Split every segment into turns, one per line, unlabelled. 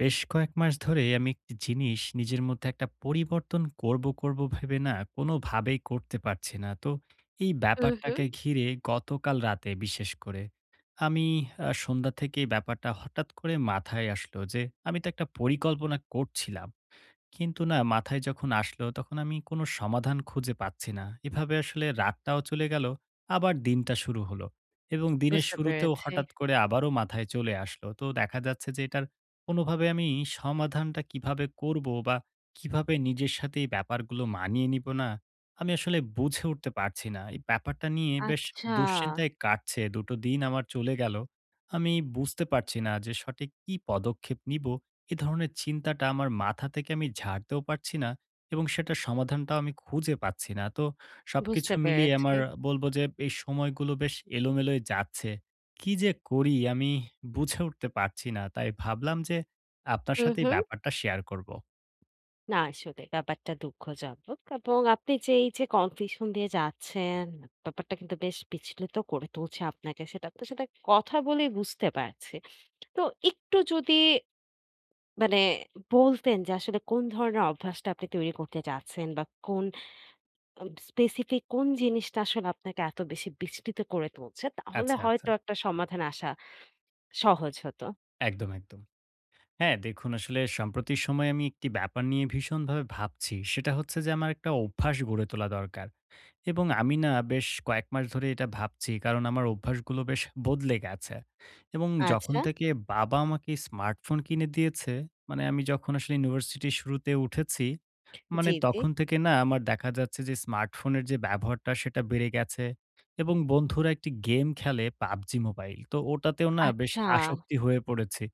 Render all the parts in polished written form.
বেশ কয়েক মাস ধরে আমি একটি জিনিস নিজের মধ্যে একটা পরিবর্তন করব, করব ভেবে না কোনোভাবেই করতে পারছি না। তো এই
হুম, হুম।
ব্যাপারটাকে ঘিরে গতকাল রাতে বিশেষ করে আমি সন্ধ্যা থেকেই ব্যাপারটা হঠাৎ করে মাথায় আসলো যে আমি তো একটা পরিকল্পনা করছিলাম। কিন্তু না মাথায় যখন আসলো তখন আমি কোনো সমাধান খুঁজে পাচ্ছি না। এভাবে আসলে রাতটাও চলে গেল, আবার দিনটা শুরু হলো। এবং দিনের
বুঝতে
শুরুতেও
পেরেছি।
হঠাৎ করে আবারও মাথায় চলে আসলো। তো দেখা যাচ্ছে যে এটার কোনোভাবে আমি সমাধানটা কিভাবে করব বা কিভাবে নিজের সাথে এই ব্যাপারগুলো মানিয়ে নিব না, আমি আসলে বুঝে উঠতে পারছি না। এই ব্যাপারটা নিয়ে বেশ
আচ্ছা।
দুশ্চিন্তায় কাটছে। দুটো দিন আমার চলে গেল। আমি বুঝতে পারছি না যে সঠিক কি পদক্ষেপ নিব। এ ধরনের চিন্তাটা আমার মাথা থেকে আমি ঝাড়তেও পারছি না এবং সেটার সমাধানটাও আমি খুঁজে পাচ্ছি না। তো সবকিছু
বুঝতে
মিলিয়ে
পেরেছি।
আমার বলবো যে এই সময়গুলো বেশ এলোমেলোই যাচ্ছে। কি যে করি আমি বুঝে উঠতে পারছি না। তাই ভাবলাম যে আপনার
হুম,
সাথে এই
হুম।
ব্যাপারটা শেয়ার করব।
না, আসলে ব্যাপারটা দুঃখজনক, এবং আপনি যে এই যে কনফিউশন দিয়ে যাচ্ছেন, ব্যাপারটা কিন্তু বেশ বিচলিত করে তুলছে আপনাকে। সেটা আপনার সাথে কথা বলেই বুঝতে পারছি। তো একটু যদি মানে বলতেন যে আসলে কোন ধরনের অভ্যাসটা আপনি তৈরি করতে চাচ্ছেন, বা কোন আ স্পেসিফিক কোন জিনিসটা আসলে আপনাকে এত বেশি বিচলিত করে তুলছে? তাহলে
আচ্ছা, আচ্ছা।
হয়তো একটা সমাধান আসা সহজ হতো।
একদম, একদম। হ্যাঁ, দেখুন আসলে সাম্প্রতিক সময়ে আমি একটি ব্যাপার নিয়ে ভীষণভাবে ভাবছি। সেটা হচ্ছে যে আমার একটা অভ্যাস গড়ে তোলা দরকার। এবং আমি না বেশ কয়েক মাস ধরে এটা ভাবছি কারণ আমার অভ্যাসগুলো বেশ বদলে গেছে। এবং যখন
আচ্ছা।
থেকে বাবা আমাকে স্মার্টফোন কিনে দিয়েছে, মানে আমি যখন আসলে ইউনিভার্সিটির শুরুতে উঠেছি, মানে
জি, জি।
তখন থেকে না আমার দেখা যাচ্ছে যে স্মার্টফোনের যে ব্যবহারটা সেটা বেড়ে গেছে এবং বন্ধুরা একটি গেম খেলে পাবজি মোবাইল, তো ওটাতেও না বেশ
আচ্ছা,
আসক্তি হয়ে পড়েছি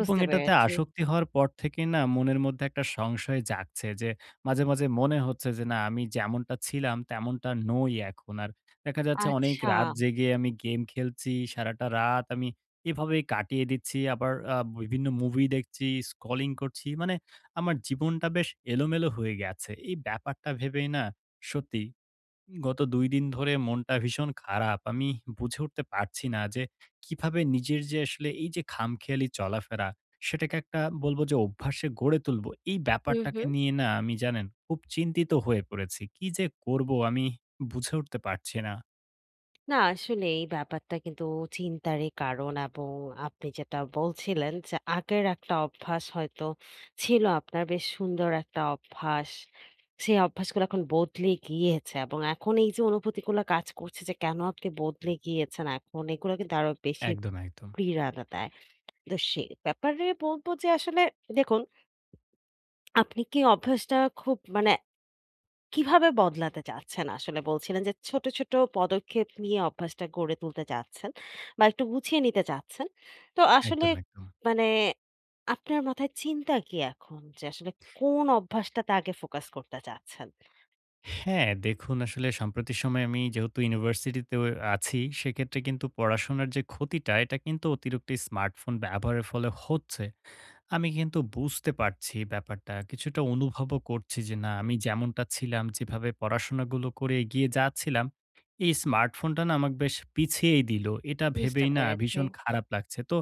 এবং এটাতে
পেরেছি।
আসক্তি হওয়ার পর থেকেই না মনের মধ্যে একটা সংশয় জাগছে যে মাঝে মাঝে মনে হচ্ছে যে না আমি যেমনটা ছিলাম তেমনটা নই এখন আর। দেখা যাচ্ছে অনেক
আচ্ছা,
রাত জেগে আমি গেম খেলছি, সারাটা রাত আমি এভাবেই কাটিয়ে দিচ্ছি। আবার বিভিন্ন মুভি দেখছি, স্ক্রলিং করছি, মানে আমার জীবনটা বেশ এলোমেলো হয়ে গেছে। এই ব্যাপারটা ভেবেই না সত্যি গত ২ দিন ধরে মনটা ভীষণ খারাপ। আমি বুঝে উঠতে পারছি না যে কিভাবে নিজের যে আসলে এই যে খামখেয়ালি চলাফেরা সেটাকে একটা বলবো যে অভ্যাসে গড়ে তুলবো। এই
হুম,
ব্যাপারটাকে
হুম।
নিয়ে না আমি জানেন খুব চিন্তিত হয়ে পড়েছি। কি যে করব আমি বুঝে উঠতে পারছি না।
না, আসলে এই ব্যাপারটা কিন্তু চিন্তারই কারণ, এবং আপনি যেটা বলছিলেন যে আগের একটা অভ্যাস হয়তো ছিল আপনার, বেশ সুন্দর একটা অভ্যাস। সেই অভ্যাসগুলো এখন বদলে গিয়েছে, এবং এখন এই যে অনুভূতিগুলো কাজ করছে যে কেন আপনি বদলে গিয়েছেন এখন, এগুলো কিন্তু আরো বেশি
একদম, একদম।
পীড়াটা দেয়। তো সে ব্যাপারে বলব যে আসলে দেখুন, আপনি কি অভ্যাসটা খুব মানে কিভাবে বদলাতে চাচ্ছেন আসলে? বলছিলেন যে ছোট, ছোট পদক্ষেপ নিয়ে অভ্যাসটা গড়ে তুলতে চাচ্ছেন, বা একটু গুছিয়ে নিতে চাচ্ছেন। তো আসলে
একদম, একদম।
মানে আপনার মাথায় চিন্তা কি এখন? যে আসলে কোন অভ্যাসটাতে আগে ফোকাস করতে চাচ্ছেন?
হ্যাঁ, দেখুন আসলে সাম্প্রতিক সময়ে আমি যেহেতু ইউনিভার্সিটিতে আছি, সেক্ষেত্রে কিন্তু পড়াশোনার যে ক্ষতিটা, এটা কিন্তু অতিরিক্ত স্মার্টফোন ব্যবহারের ফলে হচ্ছে। আমি কিন্তু বুঝতে পারছি ব্যাপারটা। কিছুটা অনুভবও করছি যে না আমি যেমনটা ছিলাম, যেভাবে পড়াশোনাগুলো করে এগিয়ে যাচ্ছিলাম, এই স্মার্টফোনটা না আমাকে বেশ পিছিয়েই দিল। এটা
বুঝতে
ভেবেই না
পেরেছি,
ভীষণ খারাপ লাগছে। তো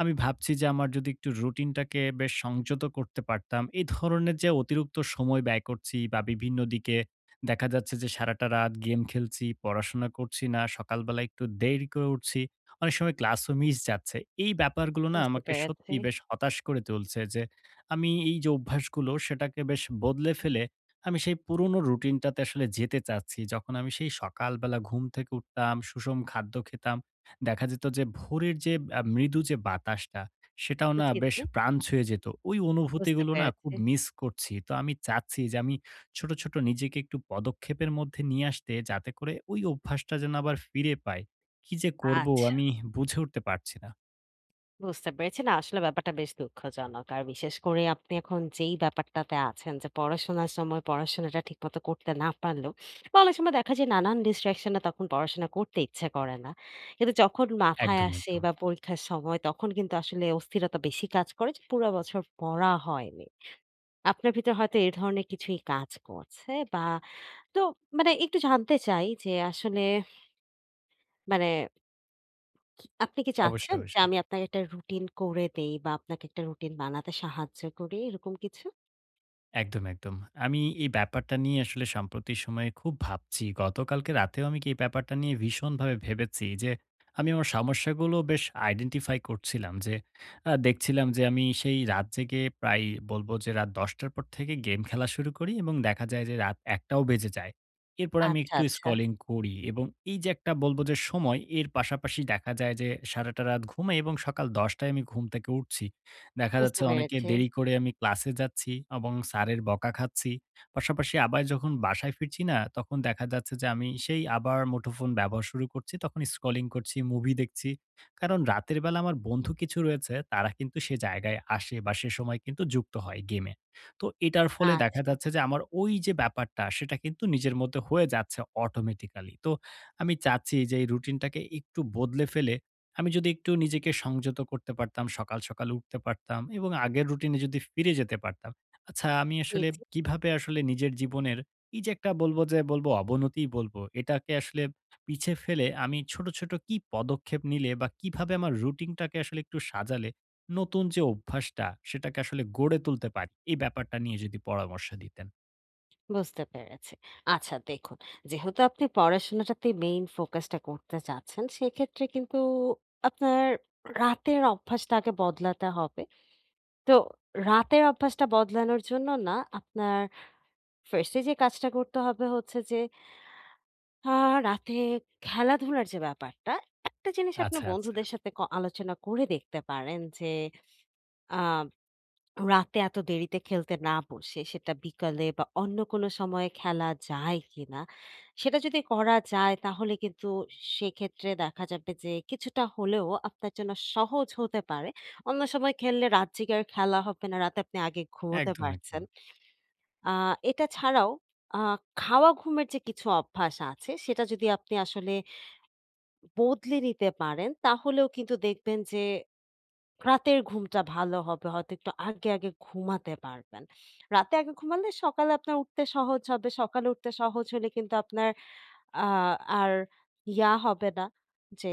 আমি ভাবছি যে আমার যদি একটু রুটিনটাকে বেশ সংযত করতে পারতাম। এই ধরনের যে অতিরিক্ত সময় ব্যয় করছি বা বিভিন্ন দিকে দেখা যাচ্ছে যে সারাটা রাত গেম খেলছি, পড়াশোনা করছি না, সকালবেলা একটু দেরি করে উঠছি। অনেক সময় ক্লাসও মিস যাচ্ছে। এই ব্যাপারগুলো না
বুঝতে
আমাকে
পেরেছি।
সত্যিই বেশ হতাশ করে তুলছে যে, আমি এই যে অভ্যাসগুলো সেটাকে বেশ বদলে ফেলে আমি সেই পুরনো রুটিনটাতে আসলে যেতে চাচ্ছি। যখন আমি সেই সকালবেলা ঘুম থেকে উঠতাম, সুষম খাদ্য খেতাম। দেখা যেত যে ভোরের যে মৃদু যে বাতাসটা সেটাও না
জি,
বেশ
জি।
প্রাণ ছুঁয়ে যেত। ওই
বুঝতে
অনুভূতিগুলো না
পেরেছি।
খুব মিস করছি। তো আমি চাচ্ছি যে আমি ছোট, ছোট নিজেকে একটু পদক্ষেপের মধ্যে নিয়ে আসতে, যাতে করে ওই অভ্যাসটা যেন আবার ফিরে পাই। কি যে করব
আচ্ছা।
আমি বুঝে উঠতে পারছি না।
বুঝতে পেরেছি। না, আসলে ব্যাপারটা বেশ দুঃখজনক। আর বিশেষ করে আপনি এখন যেই ব্যাপারটাতে আছেন, যে পড়াশোনার সময় পড়াশোনাটা ঠিকমতো করতে না পারলেও, বা অনেক সময় দেখা যায় নানান distraction এ তখন পড়াশোনা করতে ইচ্ছে করে না। কিন্তু যখন মাথায়
একদম,
আসে
একদম।
বা পরীক্ষার সময়, তখন কিন্তু আসলে অস্থিরতা বেশি কাজ করে যে পুরা বছর পড়া হয়নি। আপনার ভিতর হয়তো এ ধরনের কিছুই কাজ করছে, বা তো মানে একটু জানতে চাই যে আসলে মানে আপনি কি
অবশ্যই,
চাচ্ছেন যে
অবশ্যই।
আমি আপনাকে একটা রুটিন করে দেই, বা আপনাকে একটা রুটিন বানাতে সাহায্য করি, এরকম কিছু?
একদম, একদম। আমি এই ব্যাপারটা নিয়ে আসলে সাম্প্রতিক সময়ে খুব ভাবছি। গতকালকে রাতেও আমি কি এই ব্যাপারটা নিয়ে ভীষণভাবে ভেবেছি যে, আমি আমার সমস্যাগুলো বেশ আইডেন্টিফাই করছিলাম যে, দেখছিলাম যে আমি সেই রাত জেগে প্রায় বলব যে রাত ১০ঃ০০ র পর থেকে গেম খেলা শুরু করি এবং দেখা যায় যে রাত ১ঃ০০ ও বেজে যায়। এরপর আমি
আচ্ছা,
একটু
আচ্ছা।
স্ক্রলিং করি এবং এই যে একটা বলব যে সময় এর পাশাপাশি দেখা যায় যে সারাটা রাত ঘুমাই এবং সকাল ১০ঃ০০ টায় আমি ঘুম থেকে উঠছি। দেখা
বুঝতে
যাচ্ছে অনেকে
পেরেছি।
দেরি করে আমি ক্লাসে যাচ্ছি এবং স্যারের বকা খাচ্ছি। পাশাপাশি আবার যখন বাসায় ফিরছি না, তখন দেখা যাচ্ছে যে আমি সেই আবার মুঠোফোন ব্যবহার শুরু করছি। তখন স্ক্রলিং করছি, মুভি দেখছি। কারণ রাতের বেলা আমার বন্ধু কিছু রয়েছে, তারা কিন্তু সে জায়গায় আসে বা সে সময় কিন্তু যুক্ত হয় গেমে। তো এটার ফলে দেখা
আচ্ছা,
যাচ্ছে যে আমার ওই যে ব্যাপারটা, সেটা কিন্তু নিজের মধ্যে হয়ে যাচ্ছে অটোমেটিক্যালি। তো আমি চাচ্ছি যে এই রুটিনটাকে একটু বদলে ফেলে আমি যদি একটু নিজেকে সংযত করতে পারতাম, সকাল, সকাল উঠতে পারতাম এবং আগের রুটিনে যদি ফিরে যেতে পারতাম। আচ্ছা, আমি
জি,
আসলে
জি।
কিভাবে আসলে নিজের জীবনের এই যে একটা বলব যে বলব অবনতিই বলব, এটাকে আসলে পিছে ফেলে আমি ছোট, ছোট কি পদক্ষেপ নিলে বা কিভাবে আমার রুটিনটাকে আসলে একটু সাজালে নতুন যে অভ্যাসটা সেটাকে আসলে গড়ে তুলতে পারি? এই ব্যাপারটা নিয়ে যদি পরামর্শ দিতেন।
বুঝতে পেরেছি। আচ্ছা দেখুন, যেহেতু আপনি পড়াশোনাটাতে মেইন ফোকাসটা করতে চাচ্ছেন, সেক্ষেত্রে কিন্তু আপনার রাতের অভ্যাসটা আগে বদলাতে হবে। তো রাতের অভ্যাসটা বদলানোর জন্য না আপনার 1st এ যে কাজটা করতে হবে হচ্ছে যে আ রাতে খেলাধুলার যে ব্যাপারটা, একটা জিনিস আপনি
আচ্ছা, আচ্ছা।
বন্ধুদের সাথে আলোচনা করে দেখতে পারেন যে, আ রাতে এত দেরিতে খেলতে না বসে সেটা বিকালে বা অন্য কোনো সময়ে খেলা যায় কিনা? সেটা যদি করা যায়, তাহলে কিন্তু সেক্ষেত্রে দেখা যাবে যে কিছুটা হলেও আপনার জন্য সহজ হতে পারে। অন্য সময় খেললে রাত জেগে আর খেলা হবে না। রাতে আপনি আগে ঘুমোতে
একদম,
পারছেন।
একদম।
আ এটা ছাড়াও আ খাওয়া ঘুমের যে কিছু অভ্যাস আছে, সেটা যদি আপনি আসলে বদলে নিতে পারেন, তাহলেও কিন্তু দেখবেন যে রাতের ঘুমটা ভালো হবে। হয়তো একটু আগে, আগে ঘুমাতে পারবেন। রাতে আগে ঘুমালে সকালে আপনার উঠতে সহজ হবে। সকালে উঠতে সহজ হলে কিন্তু আপনার আ আর হবে না, যে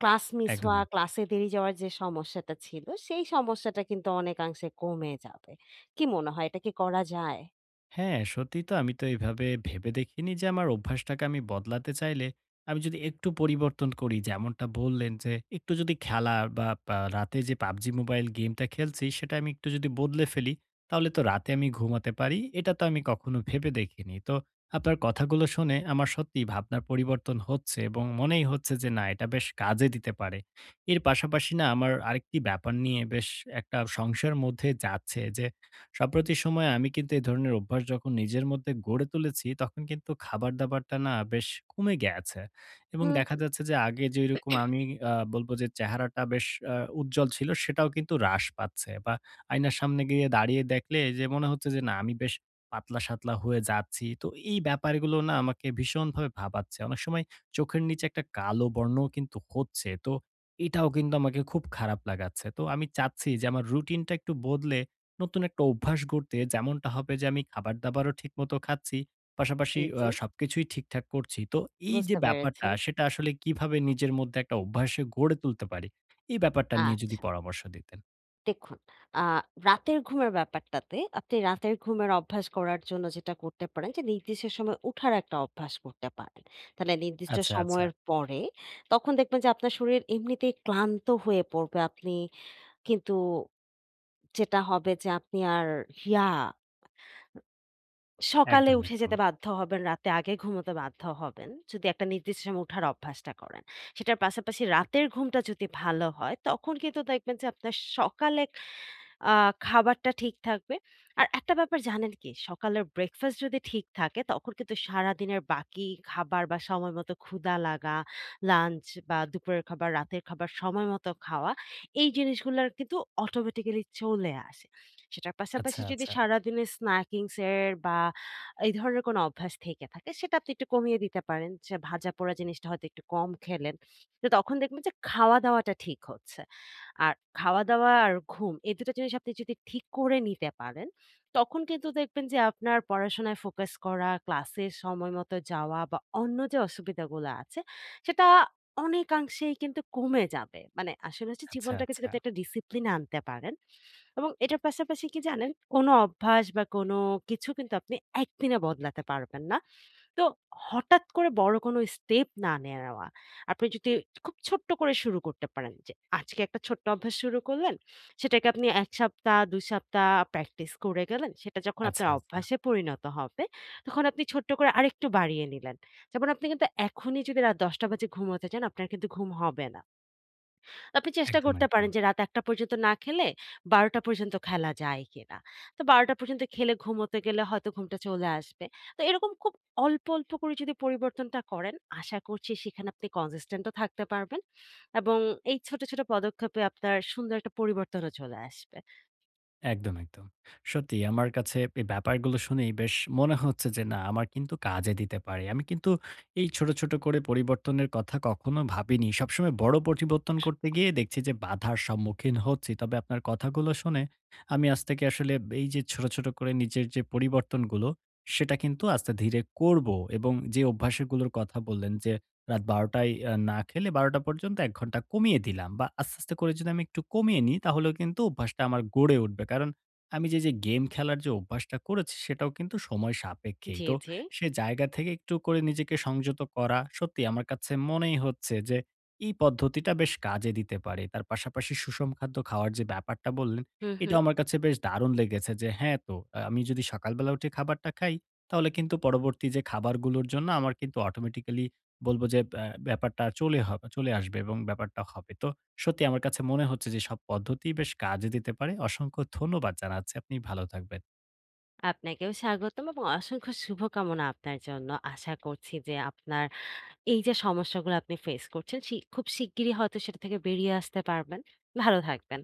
ক্লাস মিস
একদম,
হওয়া,
একদম।
ক্লাসে দেরি যাওয়ার যে সমস্যাটা ছিল, সেই সমস্যাটা কিন্তু অনেকাংশে কমে যাবে। কি মনে হয়, এটা কি করা যায়?
হ্যাঁ, সত্যিই তো আমি তো এইভাবে ভেবে দেখিনি যে আমার অভ্যাসটাকে আমি বদলাতে চাইলে আমি যদি একটু পরিবর্তন করি যেমনটা বললেন যে একটু যদি খেলা বা রাতে যে PUBG মোবাইল গেমটা খেলছি সেটা আমি একটু যদি বদলে ফেলি তাহলে তো রাতে আমি ঘুমাতে পারি। এটা তো আমি কখনো ভেবে দেখিনি। তো আপনার কথাগুলো শুনে আমার সত্যিই ভাবনার পরিবর্তন হচ্ছে এবং মনেই হচ্ছে যে না এটা বেশ কাজে দিতে পারে। এর পাশাপাশি না আমার আরেকটি ব্যাপার নিয়ে বেশ একটা সংশয়ের মধ্যে যাচ্ছে যে সাম্প্রতি সময়ে আমি কিন্তু এই ধরনের অভ্যাস যখন নিজের মধ্যে গড়ে তুলেছি, তখন কিন্তু খাবার-দাবারটা না বেশ কমে গেছে। এবং
হুম,
দেখা যাচ্ছে যে আগে যেরকম আমি বলব যে চেহারাটা বেশ উজ্জ্বল ছিল, সেটাও কিন্তু হ্রাস পাচ্ছে বা আয়নার সামনে গিয়ে দাঁড়িয়ে দেখলে যে মনে হচ্ছে যে না আমি বেশ পাতলা-সাতলা হয়ে যাচ্ছি। তো এই ব্যাপারগুলো না আমাকে ভীষণভাবে ভাবাচ্ছে। অনেক সময় চোখের নিচে একটা কালো বর্ণও কিন্তু হচ্ছে। তো এটাও কিন্তু আমাকে খুব খারাপ লাগাচ্ছে। তো আমি চাচ্ছি যে আমার রুটিনটা একটু বদলে নতুন একটা অভ্যাস গড়তে, যেমনটা হবে যে আমি খাবার-দাবারও ঠিকমতো খাচ্ছি,
হুম,
পাশাপাশি
জি, জি।
সবকিছুই ঠিকঠাক করছি। তো এই যে
বুঝতে পেরেছি।
ব্যাপারটা সেটা আসলে কিভাবে নিজের মধ্যে একটা অভ্যাসে গড়ে তুলতে পারি? এই ব্যাপারটা নিয়ে যদি
আচ্ছা।
পরামর্শ দিতেন।
দেখুন, আ রাতের ঘুমের ব্যাপারটাতে আপনি রাতের ঘুমের অভ্যাস করার জন্য যেটা করতে পারেন, যে নির্দিষ্ট সময় উঠার একটা অভ্যাস করতে পারেন। তাহলে নির্দিষ্ট
আচ্ছা, আচ্ছা।
সময়ের পরে তখন দেখবেন যে আপনার শরীর এমনিতেই ক্লান্ত হয়ে পড়বে। আপনি কিন্তু যেটা হবে, যে আপনি আর ইয়া সকালে
একদম,
উঠে
একদম।
যেতে বাধ্য হবেন, রাতে আগে ঘুমোতে বাধ্য হবেন। যদি একটা নির্দিষ্ট সময় উঠার অভ্যাসটা করেন। সেটার পাশাপাশি রাতের ঘুমটা যদি ভালো হয়, তখন কিন্তু দেখবেন যে আপনার সকালে আ খাবারটা ঠিক থাকবে। আর একটা ব্যাপার জানেন কি? সকালের ব্রেকফাস্ট যদি ঠিক থাকে, তখন কিন্তু সারাদিনের বাকি খাবার, বা সময় মতো ক্ষুধা লাগা, লাঞ্চ বা দুপুরের খাবার, রাতের খাবার সময় মতো খাওয়া, এই জিনিসগুলার কিন্তু অটোমেটিক্যালি চলে আসে। সেটার পাশাপাশি
আচ্ছা,
যদি
আচ্ছা।
সারাদিনের স্ন্যাকিংস এর বা এই ধরনের কোনো অভ্যাস থেকে থাকে, সেটা আপনি একটু কমিয়ে দিতে পারেন। যে ভাজাপোড়া জিনিসটা হয়তো একটু কম খেলেন। তো তখন দেখবেন যে খাওয়া-দাওয়াটা ঠিক হচ্ছে। আর খাওয়া-দাওয়া আর ঘুম, এই ২ টা জিনিস আপনি যদি ঠিক করে নিতে পারেন, তখন কিন্তু দেখবেন যে আপনার পড়াশোনায় ফোকাস করা, ক্লাসে সময় মতো যাওয়া, বা অন্য যে অসুবিধাগুলো আছে, সেটা অনেকাংশেই কিন্তু কমে যাবে। মানে আসলে হচ্ছে
আচ্ছা,
জীবনটাকে যদি
আচ্ছা।
আপনি একটা ডিসিপ্লিন আনতে পারেন, এবং এটার পাশাপাশি কি জানেন? কোনো অভ্যাস বা কোনো কিছু কিন্তু আপনি একদিনে বদলাতে পারবেন না। তো হঠাৎ করে বড় কোনো স্টেপ না নেওয়া। আপনি যদি খুব ছোট্ট করে শুরু করতে পারেন, যে আজকে একটা ছোট্ট অভ্যাস শুরু করলেন, সেটাকে আপনি ১ সপ্তাহ ২ সপ্তাহ প্র্যাকটিস করে গেলেন। সেটা যখন আপনার
আচ্ছা, আচ্ছা।
অভ্যাসে পরিণত হবে, তখন আপনি ছোট্ট করে আরেকটু বাড়িয়ে নিলেন। যেমন আপনি কিন্তু এখনই যদি রাত ১০ঃ০০ বাজে ঘুমোতে যান, আপনার কিন্তু ঘুম হবে না। আপনি চেষ্টা
একদম,
করতে
একদম।
পারেন যে রাত ১ঃ০০ পর্যন্ত না খেলে ১২ঃ০০ পর্যন্ত খেলা যায় কিনা। তো ১২ঃ০০ পর্যন্ত খেলে ঘুমোতে গেলে হয়তো ঘুমটা চলে আসবে। তো এরকম খুব অল্প, অল্প করে যদি পরিবর্তনটা করেন, আশা করছি সেখানে আপনি consistent ও থাকতে পারবেন, এবং এই ছোট, ছোট পদক্ষেপে আপনার সুন্দর একটা পরিবর্তনও চলে আসবে।
একদম, একদম। সত্যি আমার কাছে এই ব্যাপারগুলো শুনেই বেশ মনে হচ্ছে যে না আমার কিন্তু কাজে দিতে পারে। আমি কিন্তু এই ছোট, ছোট করে পরিবর্তনের কথা কখনো ভাবিনি। সবসময় বড় পরিবর্তন করতে গিয়ে দেখছি যে বাধার সম্মুখীন হচ্ছি। তবে আপনার কথাগুলো শুনে আমি আজ থেকে আসলে এই যে ছোট, ছোট করে নিজের যে পরিবর্তনগুলো সেটা কিন্তু আস্তে ধীরে করব এবং যে অভ্যাসগুলোর কথা বললেন যে রাত ১২ঃ০০ য় না খেলে ১২ঃ০০ পর্যন্ত ১ ঘন্টা কমিয়ে দিলাম বা আস্তে, আস্তে করে যদি আমি একটু কমিয়ে নিই তাহলেও কিন্তু অভ্যাসটা আমার গড়ে উঠবে। কারণ আমি যে গেম খেলার যে অভ্যাসটা করেছি সেটাও কিন্তু সময় সাপেক্ষেই।
জি,
তো
জি।
সে জায়গা থেকে একটু করে নিজেকে সংযত করা সত্যি আমার কাছে মনেই হচ্ছে যে এই পদ্ধতিটা বেশ কাজে দিতে পারে। তার পাশাপাশি সুষম খাদ্য খাওয়ার যে ব্যাপারটা বললেন,
হুম,
এটাও
হুম।
আমার কাছে বেশ দারুণ লেগেছে যে হ্যাঁ, তো আমি যদি সকালবেলা উঠে খাবারটা খাই তাহলে কিন্তু পরবর্তী যে খাবারগুলোর জন্য আমার কিন্তু অটোমেটিক্যালি বলব যে ব্যাপারটা চলে আসবে এবং ব্যাপারটা হবে। তো সত্যি আমার কাছে মনে হচ্ছে যে সব পদ্ধতিই বেশ কাজে দিতে পারে। অসংখ্য ধন্যবাদ জানাচ্ছি। আপনি ভালো থাকবেন।
আপনাকেও স্বাগতম, এবং অসংখ্য শুভকামনা আপনার জন্য। আশা করছি যে আপনার এই যে সমস্যাগুলো আপনি ফেস করছেন, খুব শিগগিরই হয়তো সেটা থেকে বেরিয়ে আসতে পারবেন। ভালো থাকবেন।